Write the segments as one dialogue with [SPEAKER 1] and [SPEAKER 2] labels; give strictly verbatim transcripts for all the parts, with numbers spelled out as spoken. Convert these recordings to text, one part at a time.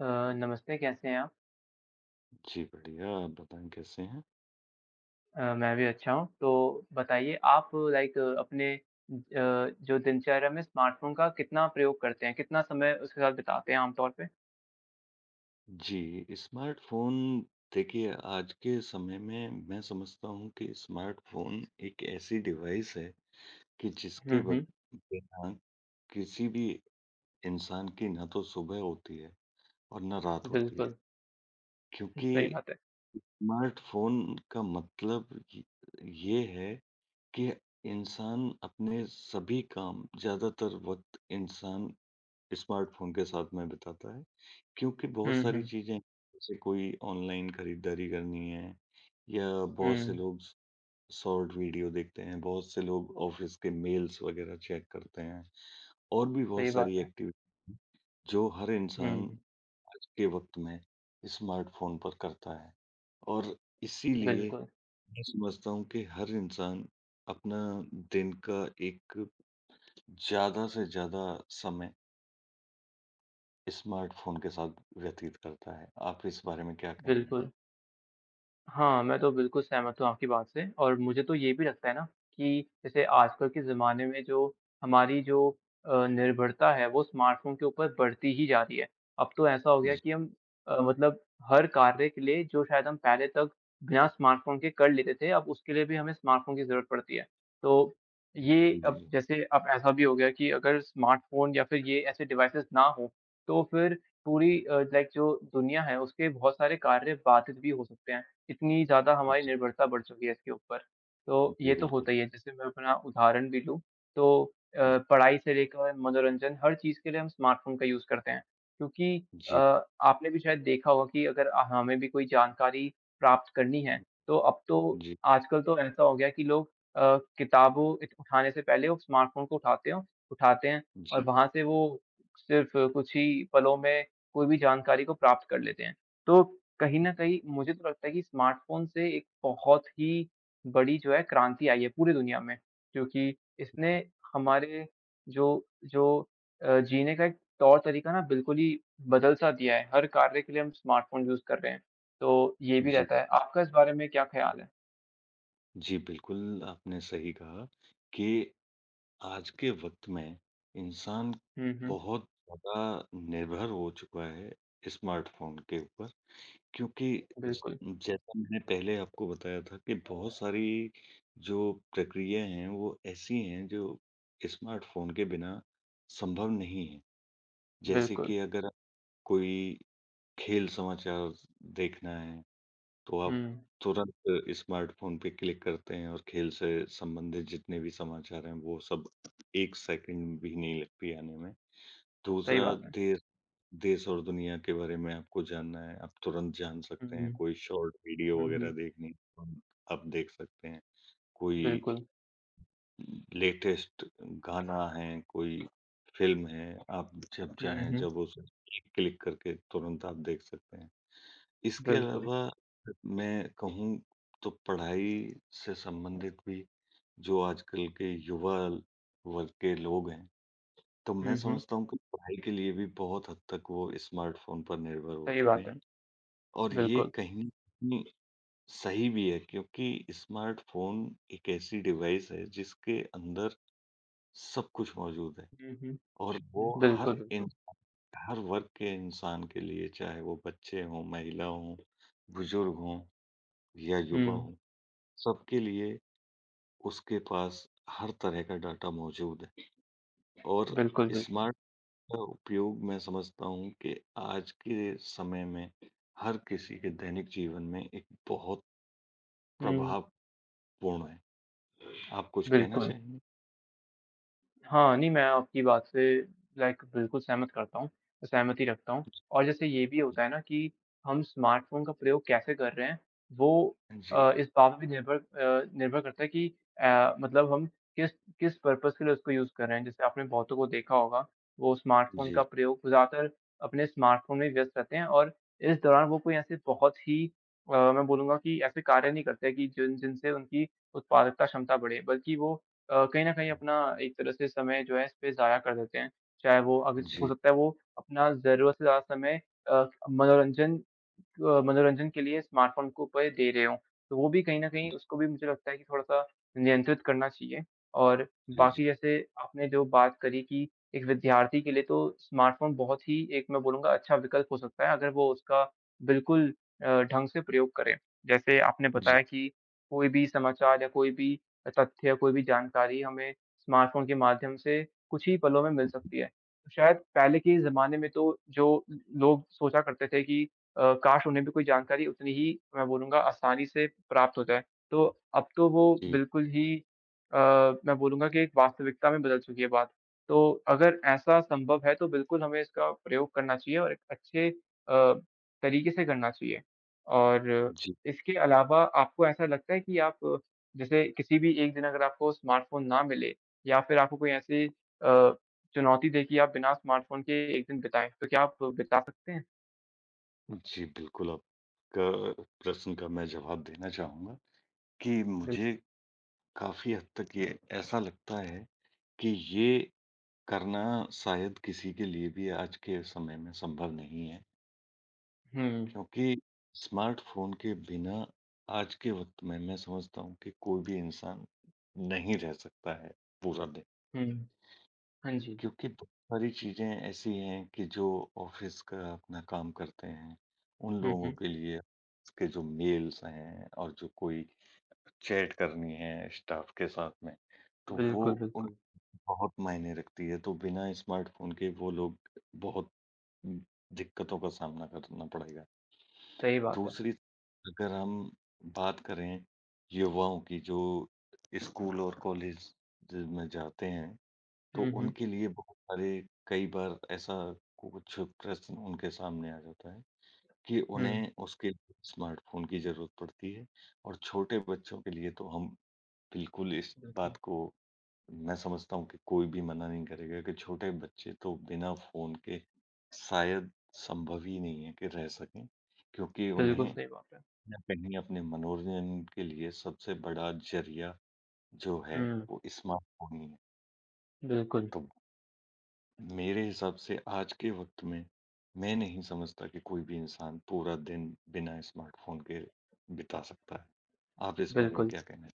[SPEAKER 1] अ, नमस्ते, कैसे हैं आप?
[SPEAKER 2] जी, बढ़िया। आप बताएँ कैसे हैं?
[SPEAKER 1] अ, मैं भी अच्छा हूँ। तो बताइए आप लाइक अपने अ, जो दिनचर्या में स्मार्टफ़ोन का कितना प्रयोग करते हैं? कितना समय उसके साथ बिताते हैं आम तौर पे?
[SPEAKER 2] जी, स्मार्टफ़ोन। देखिए, आज के समय में मैं समझता हूँ कि स्मार्टफ़ोन एक ऐसी डिवाइस है कि
[SPEAKER 1] हुँ,
[SPEAKER 2] जिसके ब
[SPEAKER 1] हुँ,
[SPEAKER 2] बिना किसी भी इंसान की ना तो सुबह होती है और ना रात होती है।
[SPEAKER 1] बिल्कुल,
[SPEAKER 2] क्योंकि
[SPEAKER 1] सही बात है।
[SPEAKER 2] स्मार्टफ़ोन का मतलब य ये है कि इंसान अपने सभी काम, ज़्यादातर वक़्त, इंसान स्मार्टफ़ोन के साथ में बिताता है। क्योंकि बहुत
[SPEAKER 1] हुँ,
[SPEAKER 2] सारी
[SPEAKER 1] हुँ,
[SPEAKER 2] चीज़ें, जैसे कोई ऑनलाइन खरीदारी करनी है, या
[SPEAKER 1] हुँ,
[SPEAKER 2] बहुत से लोग शॉर्ट वीडियो देखते हैं, बहुत से लोग ऑफिस के मेल्स वगैरह चेक करते हैं, और भी बहुत
[SPEAKER 1] सही बात
[SPEAKER 2] सारी
[SPEAKER 1] है।
[SPEAKER 2] एक्टिविटी जो हर इंसान
[SPEAKER 1] हुँ,
[SPEAKER 2] आज के वक़्त में स्मार्टफ़ोन पर करता है। और इसीलिए
[SPEAKER 1] बिल्कुल,
[SPEAKER 2] मैं समझता हूँ कि हर इंसान अपना दिन का एक ज़्यादा से ज़्यादा समय स्मार्टफ़ोन के साथ व्यतीत करता है। आप इस बारे में क्या कहेंगे?
[SPEAKER 1] बिल्कुल। हाँ, मैं तो बिल्कुल सहमत हूँ आपकी बात से और मुझे तो ये भी लगता है ना कि जैसे आजकल के ज़माने में जो हमारी जो अ, निर्भरता है वो स्मार्टफ़ोन के ऊपर बढ़ती ही जा रही है। अब तो ऐसा हो गया कि हम अ, मतलब हर कार्य के लिए जो शायद हम पहले तक बिना स्मार्टफ़ोन के कर लेते थे, अब उसके लिए भी हमें स्मार्टफ़ोन की ज़रूरत पड़ती है। तो
[SPEAKER 2] जी,
[SPEAKER 1] ये अब
[SPEAKER 2] जी,
[SPEAKER 1] जैसे अब ऐसा भी हो गया कि अगर स्मार्टफ़ोन या फिर ये ऐसे डिवाइसेज़ ना हो, तो फिर पूरी अ, लाइक जो दुनिया है उसके बहुत सारे कार्य बाधित भी हो सकते हैं। इतनी ज़्यादा हमारी निर्भरता बढ़ चुकी है इसके ऊपर। तो ये
[SPEAKER 2] जी,
[SPEAKER 1] तो
[SPEAKER 2] बिल्कुल।
[SPEAKER 1] होता ही है, जैसे मैं अपना उदाहरण भी लूँ तो अ,
[SPEAKER 2] जी,
[SPEAKER 1] पढ़ाई से लेकर मनोरंजन हर चीज़ के लिए हम स्मार्टफ़ोन का यूज़ करते हैं। क्योंकि अ,
[SPEAKER 2] जी,
[SPEAKER 1] आपने भी शायद देखा होगा कि अगर हमें भी कोई जानकारी प्राप्त करनी है, तो अब तो
[SPEAKER 2] जी,
[SPEAKER 1] आजकल तो ऐसा हो गया है कि लोग अ, किताबों इत उठाने से पहले वो स्मार्टफ़ोन को उठाते हो उठाते हैं और
[SPEAKER 2] जी,
[SPEAKER 1] वहाँ से वो सिर्फ़ कुछ ही पलों में कोई भी जानकारी को प्राप्त कर लेते हैं। तो कहीं न कहीं मुझे तो लगता है कि स्मार्टफ़ोन से एक बहुत ही बड़ी जो है क्रांति आई है पूरी दुनिया में, क्योंकि इसने हमारे जो जो अ, जीने का एक तौर-तरीका ना बिल्कुल ही बदल-सा दिया है। हर कार्य के लिए हम स्मार्टफ़ोन यूज़ कर रहे हैं, तो ये भी
[SPEAKER 2] जी,
[SPEAKER 1] रहता है। आपका इस बारे में क्या ख़्याल है?
[SPEAKER 2] जी, बिल्कुल, आपने सही कहा कि आज के वक़्त में इंसान
[SPEAKER 1] हुँ, हुँ।
[SPEAKER 2] बहुत ज़्यादा निर्भर हो चुका है स्मार्टफ़ोन के ऊपर, क्योंकि ज
[SPEAKER 1] बिल्कुल,
[SPEAKER 2] जैसा मैंने पहले आपको बताया था कि बहुत सारी जो प्रक्रियाएँ हैं, वो ऐसी हैं जो स्मार्टफ़ोन के बिना संभव नहीं है। जैसे
[SPEAKER 1] बिल्कुल।
[SPEAKER 2] कि अगर कोई खेल समाचार देखना है, तो
[SPEAKER 1] हुँ,
[SPEAKER 2] आप तुरंत स्मार्टफ़ोन पे क्लिक करते हैं और खेल से संबंधित जितने भी समाचार हैं, वो सब एक सेकंड भी नहीं लगती आने में।
[SPEAKER 1] सही
[SPEAKER 2] दूसरा,
[SPEAKER 1] बात है।
[SPEAKER 2] देश देश और दुनिया के बारे में आपको जानना है, आप तुरंत जान सकते हैं।
[SPEAKER 1] हुँ,
[SPEAKER 2] कोई शॉर्ट
[SPEAKER 1] हुँ,
[SPEAKER 2] वीडियो
[SPEAKER 1] हुँ,
[SPEAKER 2] वगैरह देखनी है, तुरंत आप देख सकते हैं। कोई
[SPEAKER 1] बिल्कुल।
[SPEAKER 2] लेटेस्ट गाना है, कोई फ़िल्म है, आप जब
[SPEAKER 1] हुँ,
[SPEAKER 2] चाहें
[SPEAKER 1] हुँ,
[SPEAKER 2] जब उसे एक क्लिक करके तुरंत आप देख सकते हैं। इसके
[SPEAKER 1] बिल्कुल।
[SPEAKER 2] अलावा मैं कहूँ, तो पढ़ाई से संबंधित भी जो आजकल के युवा वर्ग के लोग हैं, तो मैं
[SPEAKER 1] हुँ, हुँ,
[SPEAKER 2] समझता हूँ कि पढ़ाई के लिए भी बहुत हद तक वो स्मार्टफ़ोन पर निर्भर हो
[SPEAKER 1] सही
[SPEAKER 2] चुके
[SPEAKER 1] बात है।
[SPEAKER 2] हैं। और ये
[SPEAKER 1] बिल्कुल।
[SPEAKER 2] कहीं न कहीं सही भी है, क्योंकि स्मार्टफ़ोन एक ऐसी डिवाइस है जिसके अंदर सब कुछ मौजूद है,
[SPEAKER 1] हुँ, हुँ,
[SPEAKER 2] और वो हर
[SPEAKER 1] बिल्कुल,
[SPEAKER 2] इन
[SPEAKER 1] बिल्कुल।
[SPEAKER 2] हर वर्ग के इंसान के लिए, चाहे वो बच्चे हों, महिला हों, बुजुर्ग हों या
[SPEAKER 1] हुँ।
[SPEAKER 2] युवा हों, सबके लिए उसके पास हर तरह का डाटा मौजूद है। और
[SPEAKER 1] बिल्कुल, बिल्कुल।
[SPEAKER 2] स्मार्ट का उपयोग, मैं समझता हूँ कि आज के समय में हर किसी के दैनिक जीवन में एक बहुत
[SPEAKER 1] हुँ,
[SPEAKER 2] प्रभावपूर्ण है। आप कुछ कहना
[SPEAKER 1] बिल्कुल।
[SPEAKER 2] चाहेंगे?
[SPEAKER 1] हाँ, नहीं मैं आपकी बात से लाइक बिल्कुल सहमत करता हूँ, सहमति रखता हूँ और जैसे ये भी
[SPEAKER 2] जी,
[SPEAKER 1] होता है ना कि हम स्मार्टफ़ोन का प्रयोग कैसे कर रहे हैं, वो
[SPEAKER 2] जी,
[SPEAKER 1] अ, इस बात पे भी निर्भर अ, निर्भर करता है कि अ, मतलब हम किस किस पर्पज़ के लिए उसको यूज़ कर रहे हैं। जैसे आपने बहुतों को देखा होगा, वो स्मार्टफ़ोन का
[SPEAKER 2] जी,
[SPEAKER 1] प्रयोग ज़्यादातर अपने स्मार्टफ़ोन में व्यस्त रहते हैं और इस दौरान वो कोई ऐसे बहुत ही अ, मैं बोलूँगा कि ऐसे कार्य नहीं करते कि जिन जिनसे उनकी उत्पादकता क्षमता बढ़े, बल्कि वो अ, कहीं न कहीं अपना एक तरह से समय जो है इस पे ज़ाया कर देते हैं। चाहे वो अभी हो
[SPEAKER 2] जी,
[SPEAKER 1] सकता है वो अपना ज़रूरत से ज़्यादा समय अ, मनोरंजन अ, मनोरंजन के लिए स्मार्टफ़ोन के ऊपर दे रहे हों। तो वो भी कहीं न कहीं उसको भी मुझे लगता है कि थोड़ा-सा नियंत्रित करना चाहिए। और
[SPEAKER 2] जी,
[SPEAKER 1] बाकी जैसे आपने जो बात करी कि एक विद्यार्थी के लिए तो स्मार्टफ़ोन बहुत ही एक मैं बोलूँगा अच्छा विकल्प हो सकता है अगर वो उसका बिल्कुल अ, ढंग से प्रयोग करे। जैसे आपने
[SPEAKER 2] जी,
[SPEAKER 1] बताया कि कोई भी समाचार या कोई भी तथ्य या कोई भी जानकारी हमें स्मार्टफ़ोन के माध्यम से कुछ ही पलों में मिल सकती है। तो शायद पहले के ज़माने में तो जो लोग सोचा करते थे कि अ, काश उन्हें भी कोई जानकारी उतनी ही मैं बोलूँगा आसानी से प्राप्त हो जाए। तो अब तो वो
[SPEAKER 2] जी,
[SPEAKER 1] बिल्कुल ही अ, मैं बोलूँगा कि एक वास्तविकता में बदल चुकी है बात। तो अगर ऐसा संभव है तो बिल्कुल हमें इसका प्रयोग करना चाहिए और एक अच्छे अ, तरीके से करना चाहिए। और
[SPEAKER 2] जी,
[SPEAKER 1] इसके अलावा आपको ऐसा लगता है कि आप जैसे किसी भी एक दिन अगर आपको स्मार्टफ़ोन ना मिले या फिर आपको कोई ऐसी अ, चुनौती दे कि आप बिना स्मार्टफ़ोन के एक दिन बिताएँ, तो क्या आप बिता सकते हैं?
[SPEAKER 2] जी, बिल्कुल, आपका प्रश्न का मैं जवाब देना चाहूँगा कि
[SPEAKER 1] बिल
[SPEAKER 2] मुझे काफ़ी हद तक ये ऐसा लगता है कि ये करना शायद किसी के लिए भी आज के समय में संभव नहीं है,
[SPEAKER 1] हुँ,
[SPEAKER 2] क्योंकि स्मार्टफ़ोन के बिना आज के वक़्त में मैं समझता हूँ कि कोई भी इंसान नहीं रह सकता है पूरा दिन।
[SPEAKER 1] हुँ। हाँ जी।
[SPEAKER 2] क्योंकि बहुत सारी चीज़ें ऐसी हैं कि जो ऑफ़िस का अपना काम करते हैं, उन
[SPEAKER 1] हुँ,
[SPEAKER 2] लोगों
[SPEAKER 1] हुँ।
[SPEAKER 2] के लिए उसके जो मेल्स हैं, और जो कोई चैट करनी है स्टाफ़ के साथ में, तो वो
[SPEAKER 1] बिल्कुल,
[SPEAKER 2] उन
[SPEAKER 1] बिल्कुल।
[SPEAKER 2] बहुत मायने रखती है। तो बिना स्मार्टफ़ोन के वो लोग बहुत उम, दिक्कतों का सामना करना पड़ेगा।
[SPEAKER 1] सही बात है।
[SPEAKER 2] दूसरी, अगर हम बात करें युवाओं की जो स्कूल और कॉलेज में जाते हैं, तो
[SPEAKER 1] हुँ, हुँ।
[SPEAKER 2] उनके लिए बहुत सारे कई बार ऐसा कुछ प्रश्न उनके सामने आ जाता है कि
[SPEAKER 1] हुँ,
[SPEAKER 2] उन्हें उसके स्मार्टफ़ोन की ज़रूरत पड़ती है। और छोटे बच्चों के लिए, तो हम बिल्कुल इस
[SPEAKER 1] बिल्कुल।
[SPEAKER 2] बात को, मैं समझता हूँ कि कोई भी मना नहीं करेगा कि छोटे बच्चे तो बिना फ़ोन के शायद संभव ही नहीं है कि रह सकें, क्योंकि
[SPEAKER 1] बिल्कुल
[SPEAKER 2] उन्हें
[SPEAKER 1] सही बात है।
[SPEAKER 2] हुँ। कहीं अपने मनोरंजन के लिए सबसे बड़ा ज़रिया जो है,
[SPEAKER 1] हुँ,
[SPEAKER 2] वो स्मार्टफ़ोन ही है।
[SPEAKER 1] बिल्कुल,
[SPEAKER 2] तो मेरे हिसाब से आज के वक़्त में मैं नहीं समझता कि कोई भी इंसान पूरा दिन बिना स्मार्टफ़ोन के बिता सकता है। आप इस बारे में
[SPEAKER 1] बिल्कुल।
[SPEAKER 2] क्या कहना है?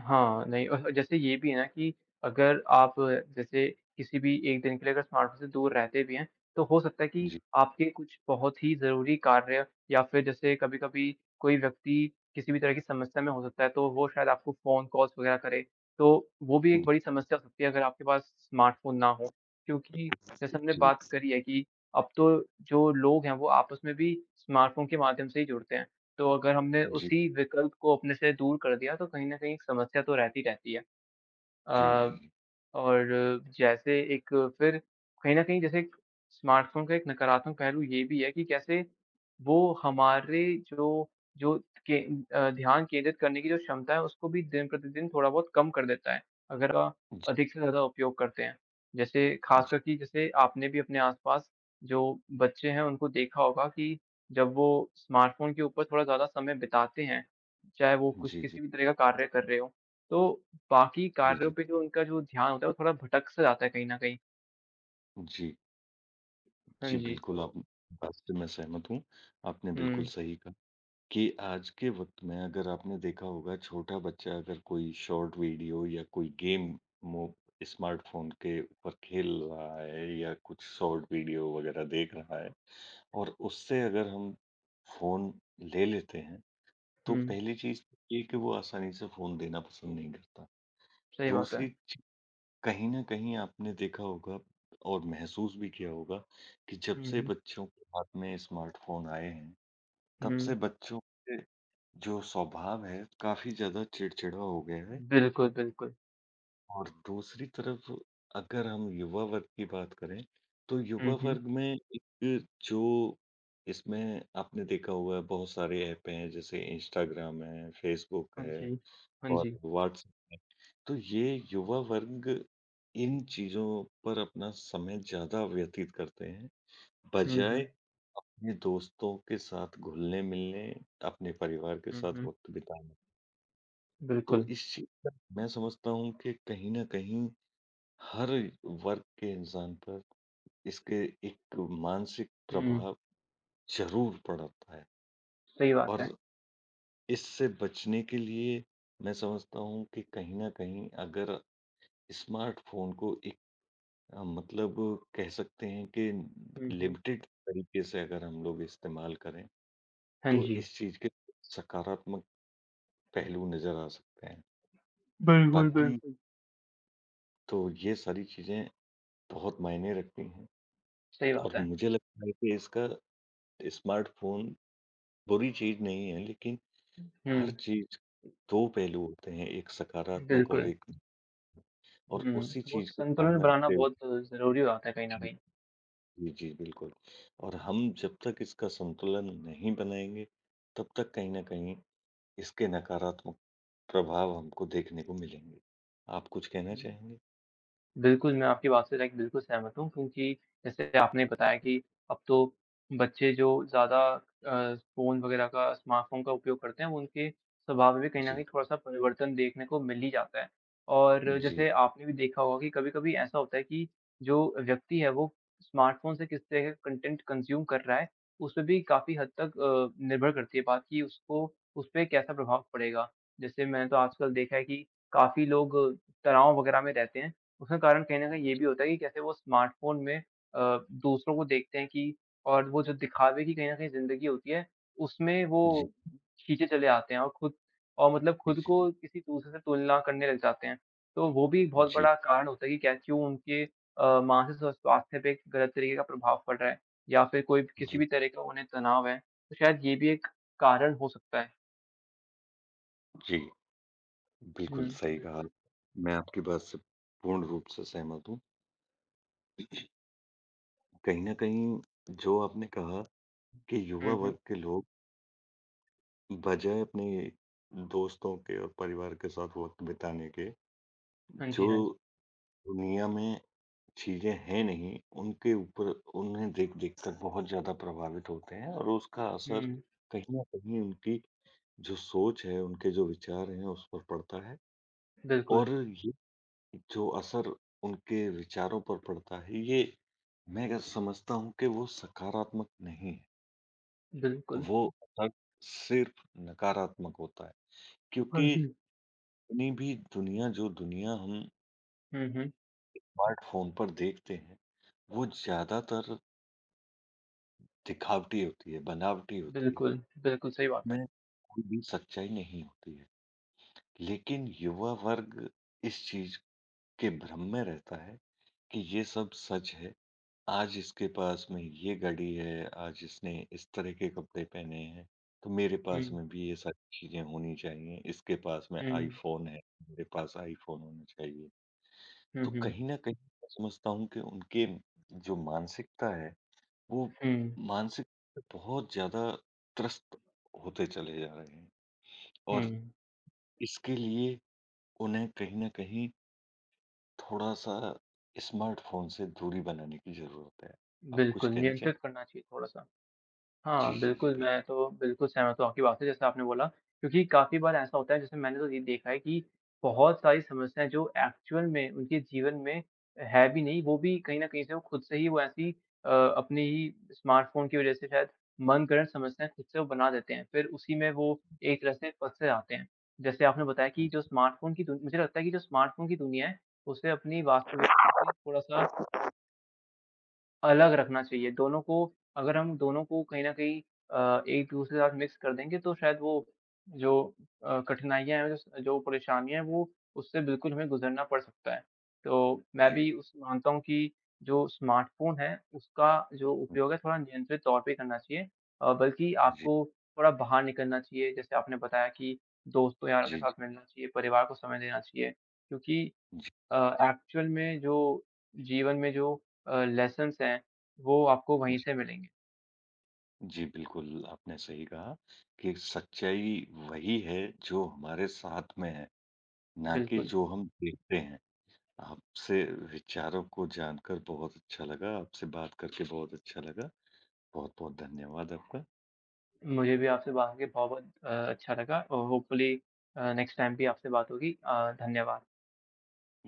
[SPEAKER 1] हाँ, नहीं और जैसे ये भी है ना कि अगर आप जैसे किसी भी एक दिन के लिए अगर स्मार्टफ़ोन से दूर रहते भी हैं, तो हो सकता है कि
[SPEAKER 2] जी,
[SPEAKER 1] आपके कुछ बहुत ही ज़रूरी कार्य या फिर जैसे कभी-कभी कोई व्यक्ति किसी भी तरह की समस्या में हो सकता है, तो वो शायद आपको फ़ोन कॉल्स वग़ैरह करे, तो वो भी
[SPEAKER 2] जी,
[SPEAKER 1] एक बड़ी समस्या हो सकती है अगर आपके पास स्मार्टफ़ोन ना हो। क्योंकि जैसे हमने
[SPEAKER 2] जी,
[SPEAKER 1] बात करी है कि अब तो जो लोग हैं, वो आपस में भी स्मार्टफ़ोन के माध्यम से ही जुड़ते हैं। तो अगर हमने
[SPEAKER 2] जी,
[SPEAKER 1] उसी विकल्प को अपने से दूर कर दिया, तो कहीं न कहीं एक समस्या तो रहती रहती है। अ,
[SPEAKER 2] जी,
[SPEAKER 1] और जैसे एक फिर कहीं न कहीं जैसे एक स्मार्टफ़ोन का एक नकारात्मक पहलू ये भी है कि कैसे वो हमारे जो जो के अ, ध्यान केंद्रित करने की जो क्षमता है उसको भी दिन-प्रतिदिन थोड़ा बहुत कम कर देता है, अगर आप
[SPEAKER 2] जी,
[SPEAKER 1] अधिक से ज़्यादा उपयोग करते हैं। जैसे
[SPEAKER 2] जी,
[SPEAKER 1] ख़ासकर कि जैसे आपने भी अपने आस-पास जो बच्चे हैं उनको देखा होगा कि जब वो स्मार्टफ़ोन के ऊपर थोड़ा ज़्यादा समय बिताते हैं, चाहे वो
[SPEAKER 2] जी,
[SPEAKER 1] कुछ
[SPEAKER 2] जी, जी,
[SPEAKER 1] किसी भी तरह का कार्य कर रहे हों, तो बाकी कार्यों
[SPEAKER 2] जी,
[SPEAKER 1] पे जो उनका जो ध्यान होता है, वो थोड़ा भटक सा जाता है कहीं न कहीं।
[SPEAKER 2] जी।
[SPEAKER 1] हाँ
[SPEAKER 2] जी,
[SPEAKER 1] जी,
[SPEAKER 2] बिल्कुल,
[SPEAKER 1] तो
[SPEAKER 2] आप बात से मैं सहमत हूँ। आपने बिल्कुल
[SPEAKER 1] हुँ,
[SPEAKER 2] सही कहा कि आज के वक़्त में, अगर आपने देखा होगा, छोटा बच्चा अगर कोई शॉर्ट वीडियो या कोई गेम मो स्मार्टफ़ोन के ऊपर खेल रहा है या कुछ शॉर्ट वीडियो वग़ैरह देख रहा है, और उससे अगर हम फ़ोन ले लेते हैं, तो
[SPEAKER 1] हुँ,
[SPEAKER 2] पहली चीज़ ये है कि वो आसानी से फ़ोन देना पसंद नहीं करता।
[SPEAKER 1] सही बात है।
[SPEAKER 2] दूसरी चीज़, कहीं न कहीं आपने देखा होगा और महसूस भी किया होगा कि जब
[SPEAKER 1] हुँ,
[SPEAKER 2] से
[SPEAKER 1] हुँ,
[SPEAKER 2] बच्चों के हाथ में स्मार्टफ़ोन आए हैं,
[SPEAKER 1] हुँ,
[SPEAKER 2] तब से बच्चों के जो स्वभाव है, काफ़ी ज़्यादा चिड़चिड़ा हो गया है।
[SPEAKER 1] बिल्कुल, बिल्कुल।
[SPEAKER 2] और दूसरी तरफ, अगर हम युवा वर्ग की बात करें, तो
[SPEAKER 1] हुँ,
[SPEAKER 2] युवा
[SPEAKER 1] हुँ,
[SPEAKER 2] वर्ग में एक जो, इसमें आपने देखा होगा बहुत सारे ऐप हैं, जैसे इंस्टाग्राम है, फ़ेसबुक
[SPEAKER 1] हाँ
[SPEAKER 2] है
[SPEAKER 1] जी, हाँ
[SPEAKER 2] और
[SPEAKER 1] जी।
[SPEAKER 2] व्हाट्स तो ये युवा वर्ग इन चीज़ों पर अपना समय ज़्यादा व्यतीत करते हैं,
[SPEAKER 1] हुँ, हुँ,
[SPEAKER 2] बजाय अपने दोस्तों के साथ घुलने-मिलने, अपने परिवार के
[SPEAKER 1] हुँ,
[SPEAKER 2] साथ
[SPEAKER 1] हुँ,
[SPEAKER 2] वक़्त बिताने। तो
[SPEAKER 1] बिल्कुल।
[SPEAKER 2] इस चीज़ का, मैं समझता हूँ कि कहीं न कहीं हर वर्ग के इंसान पर इसके एक मानसिक
[SPEAKER 1] हुँ,
[SPEAKER 2] प्रभाव ज़रूर पड़ता है।
[SPEAKER 1] सही बात है।
[SPEAKER 2] और इससे बचने के लिए, मैं समझता हूँ कि कहीं न कहीं अगर स्मार्टफ़ोन को एक, अ, मतलब, कह सकते हैं कि
[SPEAKER 1] हुँ, हुँ,
[SPEAKER 2] लिमिटेड तरीके से अगर हम लोग इस्तेमाल करें,
[SPEAKER 1] हाँ
[SPEAKER 2] तो
[SPEAKER 1] जी,
[SPEAKER 2] इस चीज़ के सकारात्मक पहलू नज़र आ सकते हैं।
[SPEAKER 1] बिल्कुल,
[SPEAKER 2] बाकी
[SPEAKER 1] बिल्कुल,
[SPEAKER 2] तो ये सारी चीज़ें बहुत मायने रखती हैं,
[SPEAKER 1] सही बात
[SPEAKER 2] और
[SPEAKER 1] है।
[SPEAKER 2] मुझे लगता है कि इसका स्मार्टफ़ोन बुरी चीज़ नहीं है, लेकिन हर
[SPEAKER 1] हुँ,
[SPEAKER 2] चीज़ दो पहलू होते हैं, एक सकारात्मक और
[SPEAKER 1] बिल्कुल।
[SPEAKER 2] एक, और
[SPEAKER 1] हुँ,
[SPEAKER 2] उसी
[SPEAKER 1] वो
[SPEAKER 2] चीज़ को ध्यान
[SPEAKER 1] संतुलन
[SPEAKER 2] में
[SPEAKER 1] बनाना
[SPEAKER 2] रखते हुए,
[SPEAKER 1] बहुत ज़रूरी हो जाता है कहीं न कहीं।
[SPEAKER 2] जी, जी, बिल्कुल। और हम जब तक इसका संतुलन नहीं बनाएँगे, तब तक कहीं न कहीं इसके नकारात्मक प्रभाव हमको देखने को मिलेंगे। आप कुछ कहना चाहेंगे?
[SPEAKER 1] बिल्कुल, मैं आपकी बात से लाइक बिल्कुल सहमत हूँ क्योंकि जैसे आपने बताया कि अब तो बच्चे जो ज़्यादा अ, फ़ोन वगैरह का स्मार्टफ़ोन का उपयोग करते हैं, उनके स्वभाव में भी कहीं न कहीं
[SPEAKER 2] जी,
[SPEAKER 1] थोड़ा-सा परिवर्तन देखने को मिल ही जाता है। और
[SPEAKER 2] जी,
[SPEAKER 1] जैसे आपने भी देखा होगा कि कभी-कभी ऐसा होता है कि जो व्यक्ति है वो स्मार्टफ़ोन से किस तरह का कंटेंट कंज़्यूम कर रहा है, उस पे भी काफ़ी हद तक अ, निर्भर करती है बात कि उसको उस पे कैसा प्रभाव पड़ेगा। जैसे मैंने तो आजकल देखा है कि काफ़ी लोग तनाव वगैरह में रहते हैं उसका कारण कहीं न कहीं ये भी होता है कि कैसे वो स्मार्टफ़ोन में अ, दूसरों को देखते हैं कि और वो जो दिखावे की कहीं न कहीं ज़िंदगी होती है, उसमें वो
[SPEAKER 2] जी,
[SPEAKER 1] खींचे चले आते हैं और खुद और मतलब
[SPEAKER 2] जी,
[SPEAKER 1] खुद
[SPEAKER 2] जी, जी।
[SPEAKER 1] को किसी दूसरे से तुलना करने लग जाते हैं। तो वो भी एक बहुत
[SPEAKER 2] जी,
[SPEAKER 1] बड़ा कारण होता है कि क्या क्यों उनके अ, मानसिक स्व स्वास्थ्य पे एक गलत तरीके का प्रभाव पड़ रहा है या फिर कोई भी- किसी
[SPEAKER 2] जी,
[SPEAKER 1] भी तरह का उन्हें तनाव है, तो शायद ये भी एक कारण हो सकता है।
[SPEAKER 2] जी।
[SPEAKER 1] हुँ,
[SPEAKER 2] बिल्कुल सही कहा।
[SPEAKER 1] बिल्कुल।
[SPEAKER 2] मैं आपकी बात से पूर्ण रूप से सहमत हूँ। कहीं न कहीं जो आपने कहा कि
[SPEAKER 1] हुँ,
[SPEAKER 2] युवा
[SPEAKER 1] हुँ।
[SPEAKER 2] वर्ग के लोग बजाय अपने दोस्तों के और परिवार के साथ वक़्त बिताने के,
[SPEAKER 1] हाँ जी,
[SPEAKER 2] जो
[SPEAKER 1] हाँ जी।
[SPEAKER 2] दुनिया में चीज़ें हैं नहीं, उनके ऊपर, उन्हें देख-देख कर बहुत ज़्यादा प्रभावित होते हैं, और उसका असर
[SPEAKER 1] हुँ,
[SPEAKER 2] कहीं न कहीं उनकी जो सोच है, उनके जो विचार हैं, उस पर पड़ता है।
[SPEAKER 1] बिल्कुल,
[SPEAKER 2] और ये जो असर उनके विचारों पर पड़ता है, ये मैं अगर समझता हूँ कि वो सकारात्मक नहीं है। तो
[SPEAKER 1] बिल्कुल।
[SPEAKER 2] वो असर सिर्फ़ नकारात्मक होता है,
[SPEAKER 1] हाँ
[SPEAKER 2] क्योंकि
[SPEAKER 1] जी।
[SPEAKER 2] इतनी भी दुनिया, जो दुनिया हम
[SPEAKER 1] हुँ, हुँ।
[SPEAKER 2] स्मार्टफ़ोन पर देखते हैं, वो ज़्यादातर दिखावटी होती है, बनावटी होती है।
[SPEAKER 1] बिल्कुल, बिल्कुल सही बात है।
[SPEAKER 2] में कोई भी सच्चाई नहीं होती है, लेकिन युवा वर्ग इस चीज़ के भ्रम में रहता है कि ये सब सच है। आज इसके पास में ये गाड़ी है, आज इसने इस तरह के कपड़े पहने हैं, तो मेरे पास
[SPEAKER 1] हुँ,
[SPEAKER 2] में भी ये सारी चीज़ें होनी चाहिए। इसके पास में
[SPEAKER 1] हुँ,
[SPEAKER 2] आईफ़ोन है, मेरे पास आईफ़ोन होना चाहिए।
[SPEAKER 1] हुँ,
[SPEAKER 2] तो
[SPEAKER 1] हुँ,
[SPEAKER 2] कहीं न कहीं मैं समझता हूँ कि उनके जो मानसिकता है, वो
[SPEAKER 1] हुँ,
[SPEAKER 2] मानसिक बहुत ज़्यादा त्रस्त होते चले जा रहे हैं, और
[SPEAKER 1] हुँ,
[SPEAKER 2] इसके लिए उन्हें कहीं न कहीं थोड़ा-सा स्मार्टफ़ोन से दूरी बनाने की ज़रूरत है। आप कुछ
[SPEAKER 1] बिल्कुल
[SPEAKER 2] कहना चाहें?
[SPEAKER 1] नियंत्रित करना चाहिए थोड़ा-सा।
[SPEAKER 2] जी,
[SPEAKER 1] हाँ,
[SPEAKER 2] जी, जी,
[SPEAKER 1] बिल्कुल,
[SPEAKER 2] बिल
[SPEAKER 1] मैं तो बिल्कुल सहमत हूँ आपकी बात से जैसे आपने बोला क्योंकि काफ़ी बार ऐसा होता है जैसे मैंने तो ये देखा है कि बहुत सारी समस्याएँ जो एक्चुअल में उनके जीवन में है भी नहीं, वो भी कहीं न कहीं से वो खुद से ही वो ऐसी अ, अपनी ही स्मार्टफ़ोन की वज़ह से शायद मनगढ़ंत समस्याएँ खुद से वो बना देते हैं, फिर उसी में वो एक तरह से फँसे जाते हैं। जैसे आपने बताया
[SPEAKER 2] हाँ
[SPEAKER 1] कि जो
[SPEAKER 2] जी।
[SPEAKER 1] स्मार्टफ़ोन की दुन मुझे लगता है कि जो स्मार्टफ़ोन की दुनिया है, उसे अपनी वास्तविकता से थोड़ा-सा अलग रखना चाहिए, दोनों को अगर हम दोनों को कहीं न कहीं अ, एक-दूसरे के साथ मिक्स कर देंगे तो शायद वो जो अ, कठिनाइयाँ हैं, जो जो परेशानियाँ हैं वो उससे बिल्कुल हमें गुज़रना पड़ सकता है। तो मैं
[SPEAKER 2] जी,
[SPEAKER 1] भी उस मानता हूँ कि जो स्मार्टफ़ोन है उसका जो उपयोग है थोड़ा नियंत्रित तौर पे करना चाहिए अ, बल्कि
[SPEAKER 2] जी,
[SPEAKER 1] आपको थोड़ा बाहर निकलना चाहिए, जैसे आपने बताया कि दोस्तों यारों के
[SPEAKER 2] जी,
[SPEAKER 1] साथ
[SPEAKER 2] जी।
[SPEAKER 1] मिलना चाहिए, परिवार को समय देना चाहिए क्योंकि अ, एक्चुअल में जो जीवन में जो अ, लेसन्स हैं, वो आपको वहीं से मिलेंगे।
[SPEAKER 2] जी, बिल्कुल, आपने सही कहा कि सच्चाई वही है जो हमारे साथ में है, ना कि
[SPEAKER 1] बिल्कुल,
[SPEAKER 2] जो हम देखते हैं। आपसे विचारों को जानकर बहुत अच्छा लगा, आपसे बात करके बहुत अच्छा लगा। बहुत-बहुत धन्यवाद आपका।
[SPEAKER 1] मुझे भी आपसे बात करके बहुत-बहुत अ, अच्छा लगा और होपफुली अ, नेक्स्ट टाइम भी आपसे बात होगी। अ, धन्यवाद।